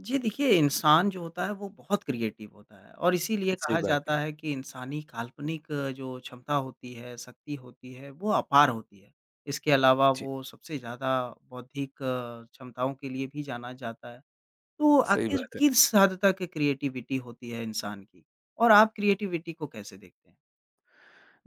जी, देखिए इंसान जो होता है वो बहुत क्रिएटिव होता है और इसीलिए सही कहा बात है। जाता है कि इंसानी काल्पनिक जो क्षमता होती है, शक्ति होती है वो अपार होती है। इसके अलावा जी, वो सबसे ज़्यादा बौद्धिक क्षमताओं के लिए भी जाना जाता है। तो सही आखिर बात है। किस हद तक क्रिएटिविटी होती है इंसान की? और आप क्रिएटिविटी को कैसे देखते हैं?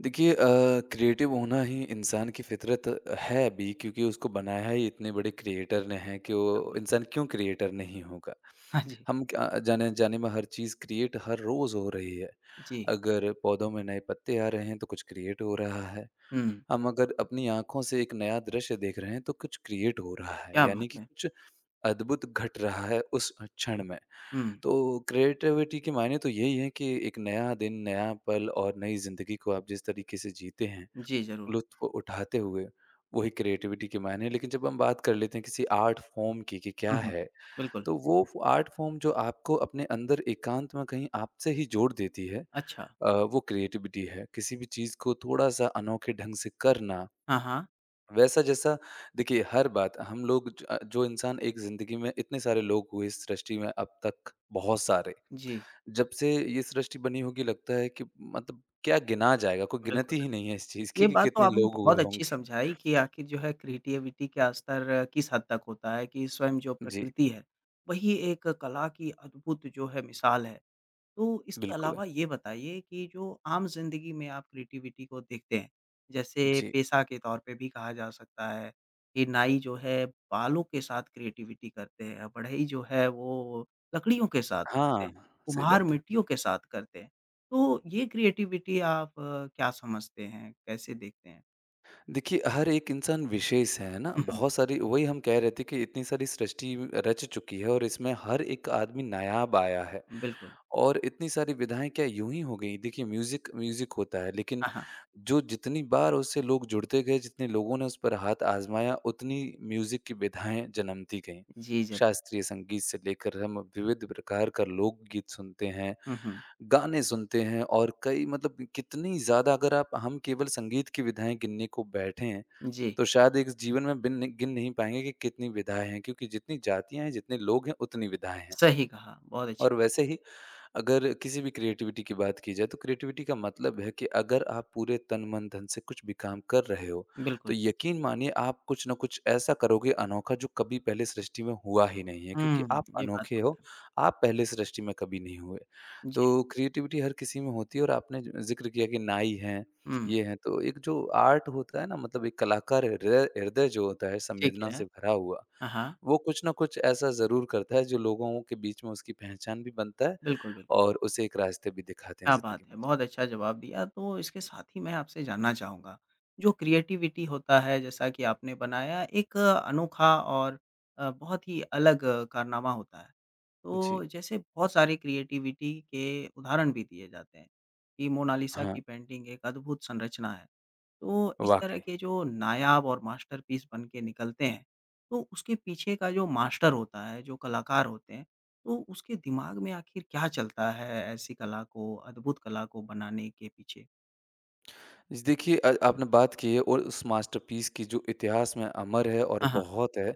देखिए क्रिएटिव होना ही इंसान की फ़ितरत है भी क्योंकि उसको बनाया ही इतने बड़े क्रिएटर ने है कि वो बिल्कुल। इंसान क्यों क्रिएटर नहीं होगा। हाँ जी, हम क्या जाने-अनजाने में हर चीज़ क्रिएट हर रोज़ हो रही है। जी। अगर पौधों में नए पत्ते आ रहे हैं तो कुछ क्रिएट हो रहा है। हुँ, हम अगर अपनी आँखों से एक नया दृश्य देख रहे हैं तो कुछ क्रिएट हो रहा है। क्या बात यानी कि है! कुछ अद्भुत घट रहा है उस क्षण में। हुँ, तो क्रिएटिविटी के मायने तो यही है कि एक नया दिन, नया पल और नई ज़िंदगी को आप जिस तरीके से जीते हैं, जी ज़रूर। लुत्फ़ उठाते हुए, वही क्रिएटिविटी के मायने हैं। लेकिन जब हम बात कर लेते हैं किसी आर्ट फ़ॉर्म की कि हुँ, क्या हुँ, है, बिल्कुल। तो वो फ़ आर्ट फ़ॉर्म जो आपको अपने अंदर एकांत में कहीं आपसे ही जोड़ देती है अच्छा। वो क्रिएटिविटी है। किसी भी चीज़ को थोड़ा-सा अनोखे ढंग से करना हाँ, हाँ। वैसा जैसा देखिए हर बात हम लोग जो इंसान एक ज़िंदगी में इतने सारे लोग हुए इस सृष्टि में अब तक बहुत सारे। जी, जब से ये सृष्टि बनी होगी लगता है कि मतलब क्या गिना जाएगा? कोई बिल्कुल, गिनती ही नहीं है बिल्कुल। इस चीज़ ये की कि बात तो कितने आपने लोग बहुत हुए अच्छी होंगे। समझाई कि आखिर जो है क्रिएटिविटी का स्तर किस हद तक होता है कि स्वयं जो जी, प्रकृति है वही एक कला की अद्भुत जो है मिसाल है तो इसके बिल्कुल। अलावा ये बताइए कि जो आम ज़िंदगी में आप क्रिएटिविटी को देखते हैं, जैसे जी। पेशा के तौर पे भी कहा जा सकता है कि नाई जो है बालों के साथ क्रिएटिविटी करते हैं, बढ़ई जो है वो लकड़ियों के साथ करते हाँ, हैं, सही कुम्हार बात है। मिट्टियों के साथ करते हैं। तो ये क्रिएटिविटी आप क्या समझते हैं, कैसे देखते हैं? देखिए, हर एक इंसान विशेष है ना? हुँ, हुँ, बहुत सारी वही हम कह रहे थे कि इतनी सारी सृष्टि रच चुकी है और इसमें हर एक आदमी नायाब आया है। बिल्कुल। और इतनी सारी विधाएँ क्या यूँ ही हो गई? देखिए म्यूज़िक म्यूज़िक होता है लेकिन हाँ, हाँ। जो जितनी बार उससे लोग जुड़ते गए, जितने लोगों ने उस पर हाथ आज़माया, उतनी म्यूज़िक की विधाएँ जन्मती गईं। जी, ज़रूर। शास्त्रीय संगीत से लेकर हम विविध प्रकार का लोकगीत सुनते हैं। हुँ, हुँ। गाने सुनते हैं और कई मतलब कितनी ज़्यादा अगर आप हम केवल संगीत की विधाएँ गिनने को बैठें, जी, तो शायद एक जीवन में बिन गिन नहीं पाएँगे कि कितनी विधाएँ हैं, क्योंकि जितनी जातियाँ हैं, जितने लोग हैं, उतनी विधाएँ हैं। सही कहा, बहुत अच्छी और बात। वैसे ही अगर किसी भी क्रिएटिविटी की बात की जाए तो क्रिएटिविटी का मतलब है कि अगर आप पूरे तन मन धन से कुछ भी काम कर रहे हो तो बिल्कुल। यकीन मानिए आप कुछ ना कुछ ऐसा करोगे अनोखा जो कभी पहले सृष्टि में हुआ ही नहीं है क्योंकि आप ये बात अनोखे तो हो है। आप पहले सृष्टि में कभी नहीं हुए जी, तो क्रिएटिविटी हर किसी में होती है और आपने जिक्र किया कि नाई हैं हुँ, ये हैं तो एक जो आर्ट होता है ना मतलब एक कलाकार हृदय हृदय जो होता है ठीक संवेदना है। से भरा हुआ हाँ, हाँ। वो कुछ ना कुछ ऐसा जरूर करता है जो लोगों के बीच में उसकी पहचान भी बनता है बिल्कुल, बिल्कुल। और उसे एक रास्ते भी दिखाते हैं क्या बात ज़िंदगी में। है! जी। बहुत अच्छा जवाब दिया। तो इसके साथ ही मैं आपसे जानना चाहूँगा, जो क्रिएटिविटी होता है जैसा कि आपने बनाया एक अनोखा और बहुत ही अलग कारनामा होता है। जी। तो जैसे बहुत सारे क्रिएटिविटी के उदाहरण भी दिए जाते हैं, कि मोनालिसा हाँ, की पेंटिंग एक अद्भुत संरचना है। तो इस तरह वाक़ई। के जो नायाब और मास्टरपीस बन के निकलते हैं, तो उसके पीछे का जो मास्टर होता है, जो कलाकार होते हैं, तो उसके दिमाग में आखिर क्या चलता है ऐसी कला को, अद्भुत कला को बनाने के पीछे? जी, देखिए आपने बात की है और उस मास्टरपीस की जो इतिहास में अमर है और हाँ, हाँ। बहुत है।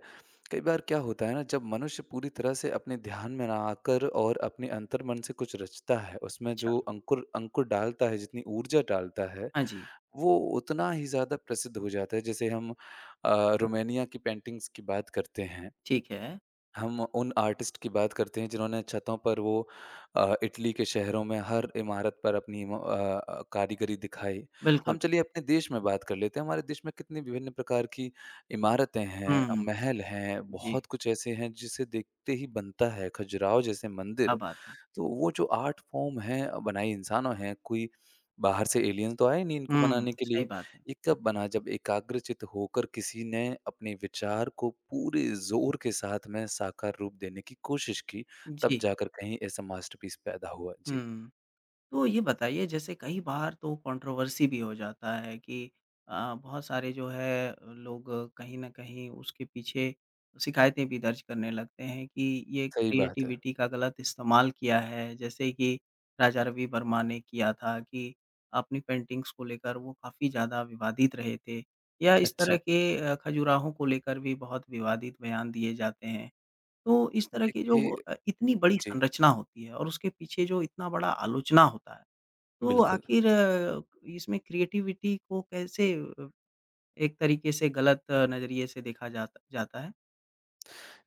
कई बार क्या होता है ना जब मनुष्य पूरी तरह से अपने ध्यान में ना आकर और अपने अंतर्मन से कुछ रचता है, उसमें अच्छा, जो अंकुर अंकुर डालता है, जितनी ऊर्जा डालता है, हाँ जी, वो उतना ही ज़्यादा प्रसिद्ध हो जाता है। जैसे हम रोमानिया की पेंटिंग्स की बात करते हैं। ठीक है। हम उन आर्टिस्ट की बात करते हैं जिन्होंने छतों पर वो इटली के शहरों में हर इमारत पर अपनी कारीगरी दिखाई। बिल्कुल, हम बिल्कुल। चलिए अपने देश में बात कर लेते हैं। हमारे देश में कितनी विभिन्न प्रकार की इमारतें हैं, हुँ, हुँ। महल हैं, जी, बहुत कुछ ऐसे हैं जिसे देखते ही बनता है। खजुराहो जैसे क्या मंदिर बात है! तो वो जो आर्ट फॉर्म है बनाई इंसानों हैं, कोई बाहर से एलियन तो आए नहीं इनको हुँ, बनाने के सही लिए। बात है। ये कब बना जब एकाग्रचित्त होकर किसी ने अपने विचार को पूरे ज़ोर के साथ में साकार रूप देने की कोशिश की, तब जी, जाकर कहीं ऐसा मास्टरपीस पैदा हुआ। जी, हुँ। तो ये बताइए जैसे कई बार तो कंट्रोवर्सी भी हो जाता है कि बहुत सारे जो है लोग कहीं न कहीं उसके पीछे शिकायतें भी दर्ज करने लगते हैं कि ये सही बात है। क्रिएटिविटी का गलत इस्तेमाल किया है। जैसे कि राजा रवि वर्मा ने किया था कि अपनी पेंटिंग्स को लेकर वो काफ़ी ज़्यादा विवादित रहे थे या इस अच्छा, तरह के खजुराहो को लेकर भी बहुत विवादित बयान दिए जाते हैं। तो इस तरह की जो देखिए इतनी बड़ी जी, संरचना होती है और उसके पीछे जो इतना बड़ा आलोचना होता है। तो बिल्कुल। आखिर इसमें क्रिएटिविटी को कैसे एक तरीके से गलत नज़रिए से देखा जाता जाता है?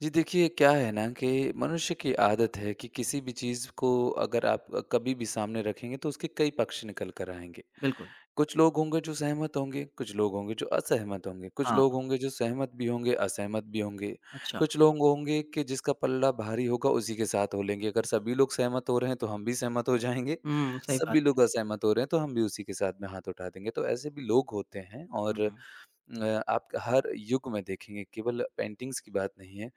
जी, देखिए क्या है ना कि मनुष्य की आदत है कि किसी भी चीज़ को अगर आप कभी भी सामने रखेंगे तो उसके कई पक्ष निकल कर आएँगे। बिल्कुल, कुछ लोग होंगे जो सहमत होंगे, कुछ लोग होंगे जो असहमत होंगे, कुछ हाँ, लोग होंगे जो सहमत भी होंगे, असहमत भी होंगे, अच्छा। कुछ लोग होंगे कि जिसका पल्ला भारी होगा उसी के साथ हो लेंगे। अगर सभी लोग सहमत हो रहे हैं तो हम भी सहमत हो जाएँगे, हुँ, सही बात सभी है। लोग असहमत हो रहे हैं तो हम भी उसी के साथ में हाथ उठा देंगे। तो ऐसे भी लोग होते हैं हुँ, और हुँ। आप हर युग में देखेंगे केवल पेंटिंग्स की बात नहीं है।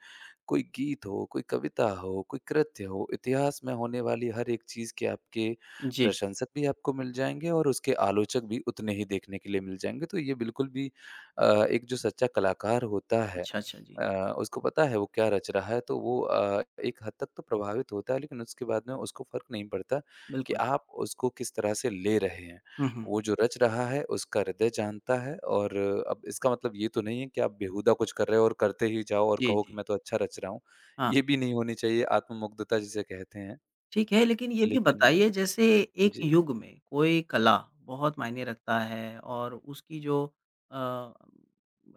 कोई गीत हो, कोई कविता हो, कोई कृत्य हो, इतिहास में होने वाली हर एक चीज़ के आपके जी, प्रशंसक भी आपको मिल जाएँगे और उसके आलोचक भी उतने ही देखने के लिए मिल जाएँगे। तो ये बिल्कुल भी एक जो सच्चा कलाकार होता है अच्छा, अच्छा, जी, उसको पता है वो क्या रच रहा है तो वो एक हद तक तो प्रभावित होता है लेकिन उसके बाद में उसको फ़र्क नहीं पड़ता कि बिल्कुल। आप उसको किस तरह से ले रहे हैं। हुँ, हुँ। वो जो रच रहा है उसका हृदय जानता है और अब इसका मतलब ये तो नहीं है कि आप बेहुदा कुछ कर रहे हो और करते ही जाओ और जी, कहो कि जी, मैं तो अच्छा रच रहा हूँ। हाँ। ये भी नहीं होनी चाहिए आत्ममुग्धता जिसे कहते हैं। ठीक है, लेकिन ये भी लेकिन बताइए जैसे एक जी, युग में कोई कला बहुत मायने रखता है और उसकी जो अ,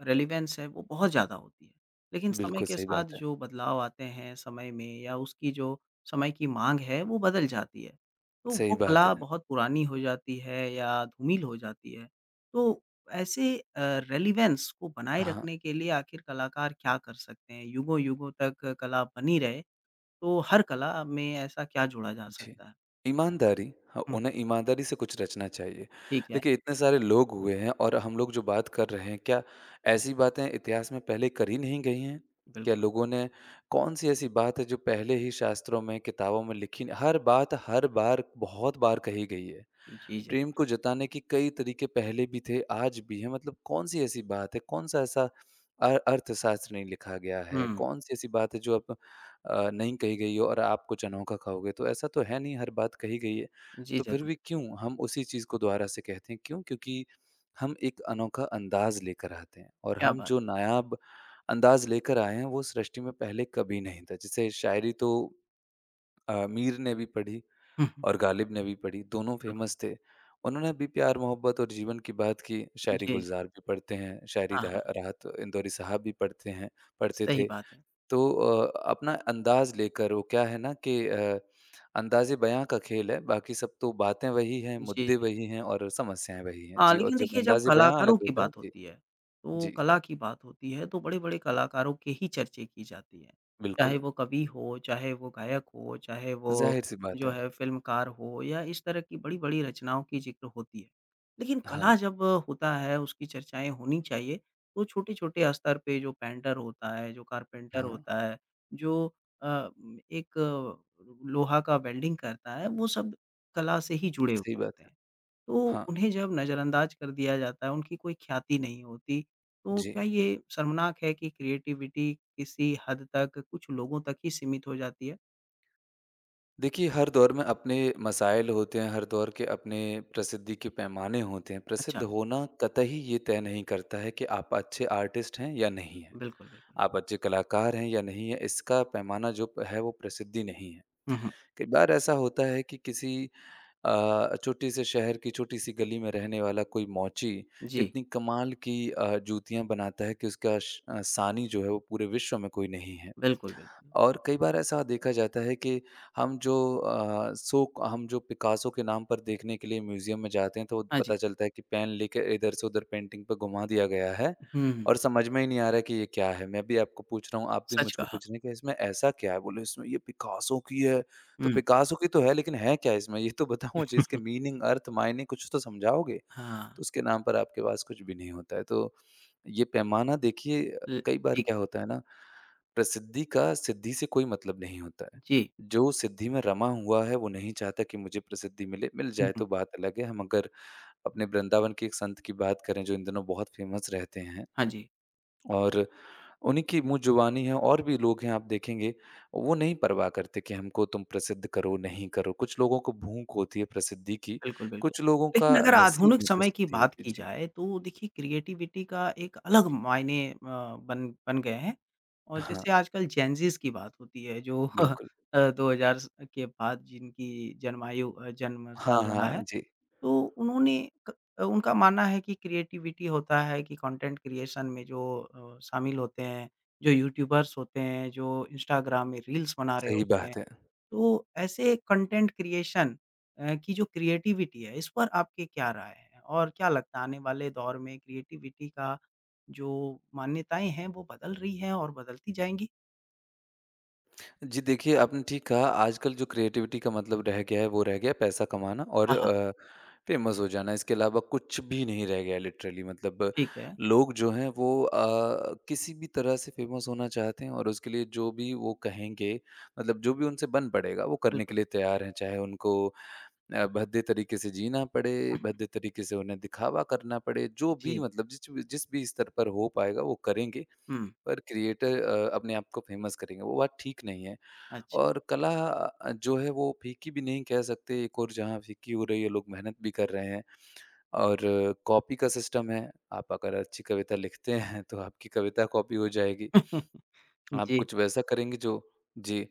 रेलेवेंस है वो बहुत ज़्यादा होती है। लेकिन समय बिल्कुल के सही साथ बात है। जो बदलाव आते हैं समय में या उसकी जो समय की माँग है वो बदल जाती है। तो वो सही बात है। कला बहुत पुरानी हो जाती है या धूमिल हो जाती है। तो ऐसे रेलेवेंस को बनाए हाँ। रखने के लिए आखिर कलाकार क्या कर सकते हैं? युगों-युगों तक कला बनी रहे तो हर कला में ऐसा क्या जोड़ा जा जी। सकता है? ईमानदारी हाँ, हुँ, उन्हें ईमानदारी से कुछ रचना चाहिए। ठीक है, देखिए इतने सारे लोग हुए हैं और हम लोग जो बात कर रहे हैं, क्या ऐसी बातें इतिहास में पहले करी नहीं गई हैं? क्या बिल्कुल। लोगों ने कौन-सी ऐसी बात है जो पहले ही शास्त्रों में, किताबों में लिखी नहीं- हर बात हर बार बहुत बार कही गई है। जी, जी। प्रेम को जताने के कई तरीके पहले भी थे, आज भी हैं। मतलब कौन-सी ऐसी बात है, कौन-सा ऐसा अर्थशास्त्र नहीं लिखा गया है? हुँ, कौन-सी ऐसी बात है जो अब नहीं कही गई हो और आप कुछ अनोखा खाओगे? तो ऐसा तो है नहीं, हर बात कही गई है। जी, तो फिर ज़रूर, भी क्यों हम उसी चीज़ को दोबारा से कहते हैं? क्यों? क्योंकि हम एक अनोखा अंदाज़ लेकर आते हैं और क्या हम बात जो है। नायाब अंदाज़ लेकर आए हैं, वो सृष्टि में पहले कभी नहीं था। जैसे शायरी तो मीर ने भी पढ़ी हुँ, हुँ, और गालिब ने भी पढ़ी, दोनों बिल्कुल। फेमस थे। उन्होंने भी प्यार, मोहब्बत और जीवन की बात की। शायरी जी, जी। गुलज़ार भी पढ़ते हैं, शायरी हाँ, हाँ, राहत इंदौरी साहब भी पढ़ते हैं पढ़ते सही थे। बात है। तो अपना अंदाज़ लेकर वो क्या है ना कि अंदाज़े बयाँ का खेल है, बाकी सब तो बातें वही हैं, जी। मुद्दे वही हैं और समस्याएँ वही हैं। हाँ, जी और लेकिन जब देखिए जब अंदाज़े बयाँ अलग कलाकारों की होता है बात जी, होती है, तो जी, कला की बात होती है तो बड़े-बड़े कलाकारों के ही चर्चे की जाती है। चाहे बिल्कुल। वो कवि हो, चाहे वो गायक हो, चाहे वो ज़ाहिर-सी बात जो है। है फ़िल्मकार हो या इस तरह की बड़ी-बड़ी रचनाओं की ज़िक्र होती है। लेकिन हाँ, कला जब होता है उसकी चर्चाएँ होनी चाहिए, तो छोटे-छोटे स्तर पे जो पेंटर होता है, जो कारपेंटर हाँ, होता है, जो अ, एक लोहा का वेल्डिंग करता है, वो सब कला से ही जुड़े हुए सही बात होते है। हैं। तो हाँ, उन्हें जब नज़रअंदाज कर दिया जाता है, उनकी कोई ख्याति नहीं होती, तो जी। क्या ये शर्मनाक है कि क्रिएटिविटी किसी हद तक कुछ लोगों तक ही सीमित हो जाती है? देखिए, हर दौर में अपने मसाइल होते हैं, हर दौर के अपने प्रसिद्धि के पैमाने होते हैं। अच्छा, प्रसिद्ध होना कतई ये तय नहीं करता है कि आप अच्छे आर्टिस्ट हैं या नहीं हैं, बिल्कुल, बिल्कुल। आप अच्छे कलाकार हैं या नहीं हैं, इसका पैमाना जो है वो प्रसिद्धि नहीं है। हुँ, हुँ। कई बार ऐसा होता है कि किसी छोटे से शहर की छोटी-सी गली में रहने वाला कोई मौची जी, इतनी कमाल की जूतियाँ बनाता है कि उसका सानी जो है वो पूरे विश्व में कोई नहीं है। बिल्कुल, बिल्कुल। और कई बार ऐसा देखा जाता है कि हम जो हम जो पिकासो के नाम पर देखने के लिए म्यूज़ियम में जाते हैं, तो हाँ जी। पता चलता है कि पेन लेके इधर से उधर पेंटिंग पे घुमा दिया गया है हुँ, हुँ। और समझ में ही नहीं आ रहा है कि ये क्या है? मैं भी आपको पूछ रहा हूँ, आप भी सच मुझको कहा। पूछ रहे हैं कि इसमें ऐसा क्या है? बोले, "इसमें ये पिकासो की है।" तो हुँ। पिकासो की तो है, लेकिन है क्या इसमें? ये तो बताओ मुझे इसके मीनिंग, अर्थ, मायने कुछ तो समझाओगे? हाँ, तो उसके नाम पर आपके पास कुछ भी नहीं होता है। तो ये पैमाना देखिए ल कई बार ठीक क्या है। होता है ना, प्रसिद्धि का सिद्धि से कोई मतलब नहीं होता है। जी। जो सिद्धि में रमा हुआ है, वो नहीं चाहता कि मुझे प्रसिद्धि मिले, मिल हुँ, जाए हुँ। तो बात अलग है। हम अगर अपने वृंदावन के एक संत की बात करें, जो इन दिनों बहुत फेमस रहते हैं हाँ जी। और उन्हीं की मुँह जुबानी है और भी लोग हैं आप देखेंगे, वो नहीं परवाह करते कि हमको तुम प्रसिद्ध करो, नहीं करो। कुछ लोगों को भूख होती है प्रसिद्धि की, बिल्कुल, बिल्कुल। कुछ लोगों लेकिन का अगर नसीब आधुनिक में समय की प्रसिद्धि बात होती है। की जी। जाए तो देखिए क्रिएटिविटी का एक अलग मायने बन बन गए हैं और हाँ, जैसे आजकल जेनज़ीज़ की बात होती है जो बिल्कुल। 2000 स के बाद जिनकी जन्म साल हाँ, रहा हाँ, है, जी, तो उन्होंने क उनका मानना है कि क्रिएटिविटी होता है कि कंटेंट क्रिएशन में जो शामिल होते हैं, जो यूट्यूबर्स होते हैं, जो इंस्टाग्राम में रील्स बना रहे सही होते हैं। बात है। तो ऐसे कंटेंट क्रिएशन की जो क्रिएटिविटी है, इस पर आपकी क्या राय है? और क्या लगता है आने वाले दौर में क्रिएटिविटी का जो मान्यताएँ हैं, वो बदल रही हैं और बदलती जाएँगी? जी, देखिए आपने ठीक कहा आजकल जो क्रिएटिविटी का मतलब रह गया है वो रह गया है पैसा कमाना और हाँ, हाँ, फ़ेमस हो जाना इसके अलावा कुछ भी नहीं रह गया है लिटरली मतलब ठीक है, लोग जो हैं वो किसी भी तरह से फ़ेमस होना चाहते हैं और उसके लिए जो भी वो कहेंगे मतलब जो भी उनसे बन पड़ेगा वो करने बिल्कुल। के लिए तैयार हैं। चाहे उनको भद्दे तरीके से जीना पड़े, भद्दे तरीके से उन्हें दिखावा करना पड़े, जो भी जी, मतलब जिस जिस भी स्तर पर हो पाएगा वो करेंगे हुँ, पर क्रिएटर अपने आप को फ़ेमस करेंगे, वो बात ठीक नहीं है। अच्छा। और कला जो है वो फीकी भी नहीं कह सकते, एक ओर जहाँ फीकी हो रही है, लोग मेहनत भी कर रहे हैं और कॉपी का सिस्टम है, आप अगर अच्छी कविता लिखते हैं, तो आपकी कविता कॉपी हो जाएगी। आप जी। कुछ वैसा करेंगे जो जी,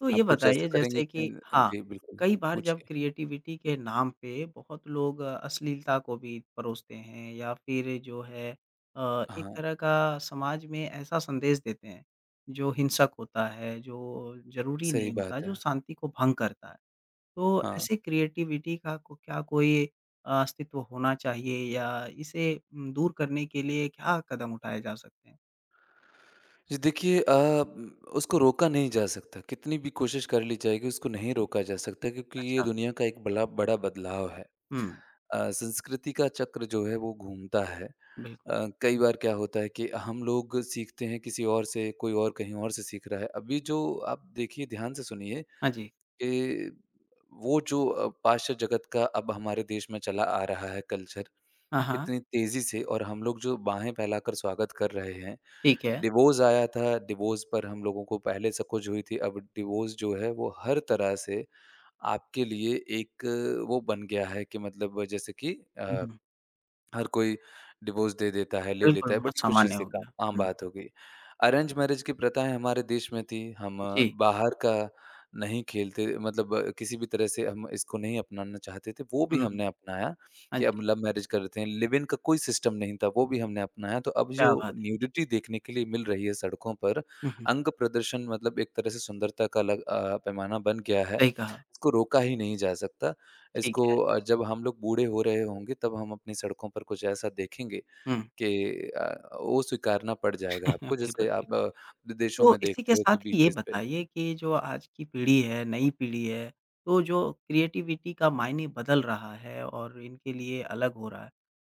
तो ये आप कुछ बताइए ऐसा करेंगे जैसे कि अ, हाँ, जी बिल्कुल, कई बार जब पूछिए। क्रिएटिविटी के नाम पे बहुत लोग अश्लीलता को भी परोसते हैं या फिर जो है एक हाँ, तरह का समाज में ऐसा संदेश देते हैं, जो हिंसक होता है, जो ज़रूरी सही नहीं होता, बात जो है। शांति को भंग करता है। तो हाँ। ऐसे क्रिएटिविटी का को क्या कोई अस्तित्व होना चाहिए या इसे दूर करने के लिए क्या कदम उठाए जा सकते हैं? जी देखिए उसको रोका नहीं जा सकता कितनी भी कोशिश कर ली जाएगी उसको नहीं रोका जा सकता क्योंकि ये अच्छा। दुनिया का एक बड़ा बड़ा बदलाव है हुँ, संस्कृति का चक्र जो है वो घूमता है बिल्कुल। कई बार क्या होता है कि हम लोग सीखते हैं किसी और से कोई और कहीं और से सीख रहा है अभी जो आप देखिए ध्यान से सुनिए हाँ जी। कि वो जो पाश्चात्य जगत का अब हमारे देश में चला आ रहा है कल्चर हाँ, हाँ। इतनी तेजी से और हम लोग जो बाहें फैलाकर स्वागत कर रहे हैं। ठीक है। डिवोर्स आया था, डिवोर्स पर हम लोगों को पहले सकोच हुई थी, अब डिवोर्स जो है वो हर तरह से आपके लिए एक वो बन गया है कि मतलब जैसे कि हुँ, अ हुँ। हर कोई डिवोर्स दे देता है, ले बिल्कुल, लेता है, बहुत बड़ी खुशी सामान्य से हो काम गया। आम हुँ, बात हो गई। अरेंज मैरेज की प्रथाएँ हमारे देश में थी, हम जी। बाहर का नहीं खेलते मतलब किसी भी तरह से हम इसको नहीं अपनाना चाहते थे, वो भी हुँ, हमने अपनाया हाँ कि अब जी, लव मैरेज कर लेते हैं, लिव इन का कोई सिस्टम नहीं था, वो भी हमने अपनाया। तो अब क्या जो बात है। न्यूडिटी देखने के लिए मिल रही है सड़कों पर, हुँ, हुँ, अंग प्रदर्शन मतलब एक तरह से सुंदरता का पैमाना बन गया है, सही कहा, इसको रोका ही नहीं जा सकता। ठीक है। जब हम लोग बूढ़े हो रहे होंगे तब हम अपनी सड़कों पर कुछ ऐसा देखेंगे हुँ, कि वो स्वीकारना पड़ जाएगा आपको बिल्कुल, जैसे बिल्कुल। आप विदेशों तो में इसी के देखते हो कि साथ ही ये बीचेज़ पे बताइए जी। कि जो आज की पीढ़ी है, नई पीढ़ी है, तो जो क्रिएटिविटी का मायने बदल रहा है और इनके लिए अलग हो रहा है।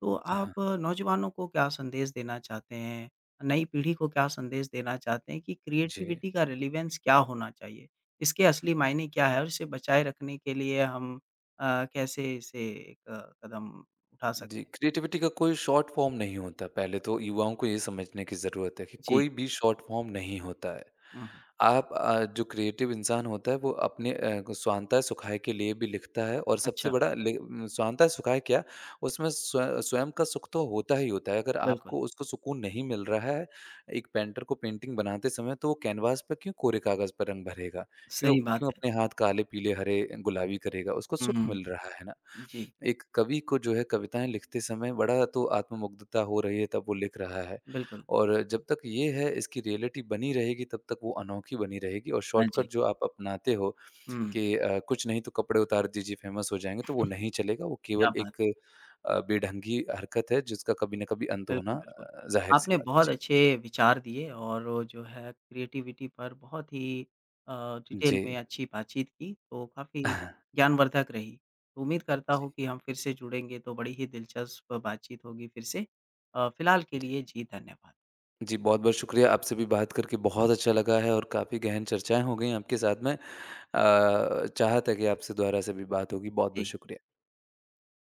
तो हाँ, आप नौजवानों को क्या संदेश देना चाहते हैं? नई पीढ़ी को क्या संदेश देना चाहते हैं कि जी। क्रिएटिविटी का रिलेवेंस क्या होना चाहिए? इसके असली मायने क्या है और इसे बचाए रखने के लिए हम कैसे इसे एक कदम उठा जी, सकते हैं? क्रिएटिविटी का कोई शॉर्ट फॉर्म नहीं होता। पहले तो युवाओं को ये समझने की ज़रूरत है कि जी। कोई भी शॉर्ट फॉर्म नहीं होता है। हुँ, हुँ। आप जो क्रिएटिव इंसान होता है वो अपने को स्वांतः सुखाय के लिए भी लिखता है और सबसे अच्छा, बड़ा स्वांतः सुखाय क्या उसमें स्वयं का सुख तो होता ही होता है। अगर बिल्कुल, आपको उसको सुकून नहीं मिल रहा है, एक पेंटर को पेंटिंग बनाते समय तो वो कैनवास पे क्यों कोरे कागज़ पर रंग भरेगा? क्यों सही बात क्यों है। अपने हाथ काले, पीले, हरे, गुलाबी करेगा? उसको हुँ, सुख हुँ। मिल रहा है ना। जी, एक कवि को जो है कविताएँ लिखते समय बड़ा तो आत्ममुग्धता हो रही है तब वो लिख रहा है बिल्कुल। और जब तक ये है इसकी रियलिटी बनी रहेगी तब तक वो अनोखी बनी रहेगी और हाँ जी। शॉर्टकट जो आप अपनाते हो हुँ, कि कुछ नहीं तो कपड़े उतार दीजिए फेमस हो जाएँगे, तो वो नहीं चलेगा। वो क्या केवल बात एक है। बेढंगी हरकत है जिसका कभी ना कभी अंत होना बिल्कुल, बिल्कुल। अ, ज़ाहिर-सी आपने बात है। बहुत जी। अच्छे विचार दिए और वो जो है क्रिएटिविटी पर बहुत ही जी। डिटेल में अच्छी बातचीत की, तो काफ़ी ज्ञानवर्धक रही। तो उम्मीद करता जी, हूँ कि हम फिर से जुड़ेंगे तो बड़ी ही दिलचस्प बातचीत होगी फिर से। फिलहाल के जी। लिए जी धन्यवाद। जी, बहुत-बहुत शुक्रिया। आपसे भी बात करके बहुत अच्छा लगा है और काफ़ी गहन चर्चाएँ हो गई आपके साथ में चाहत है कि आपसे दोबारा से भी बात होगी। बहुत-बहुत जी। शुक्रिया।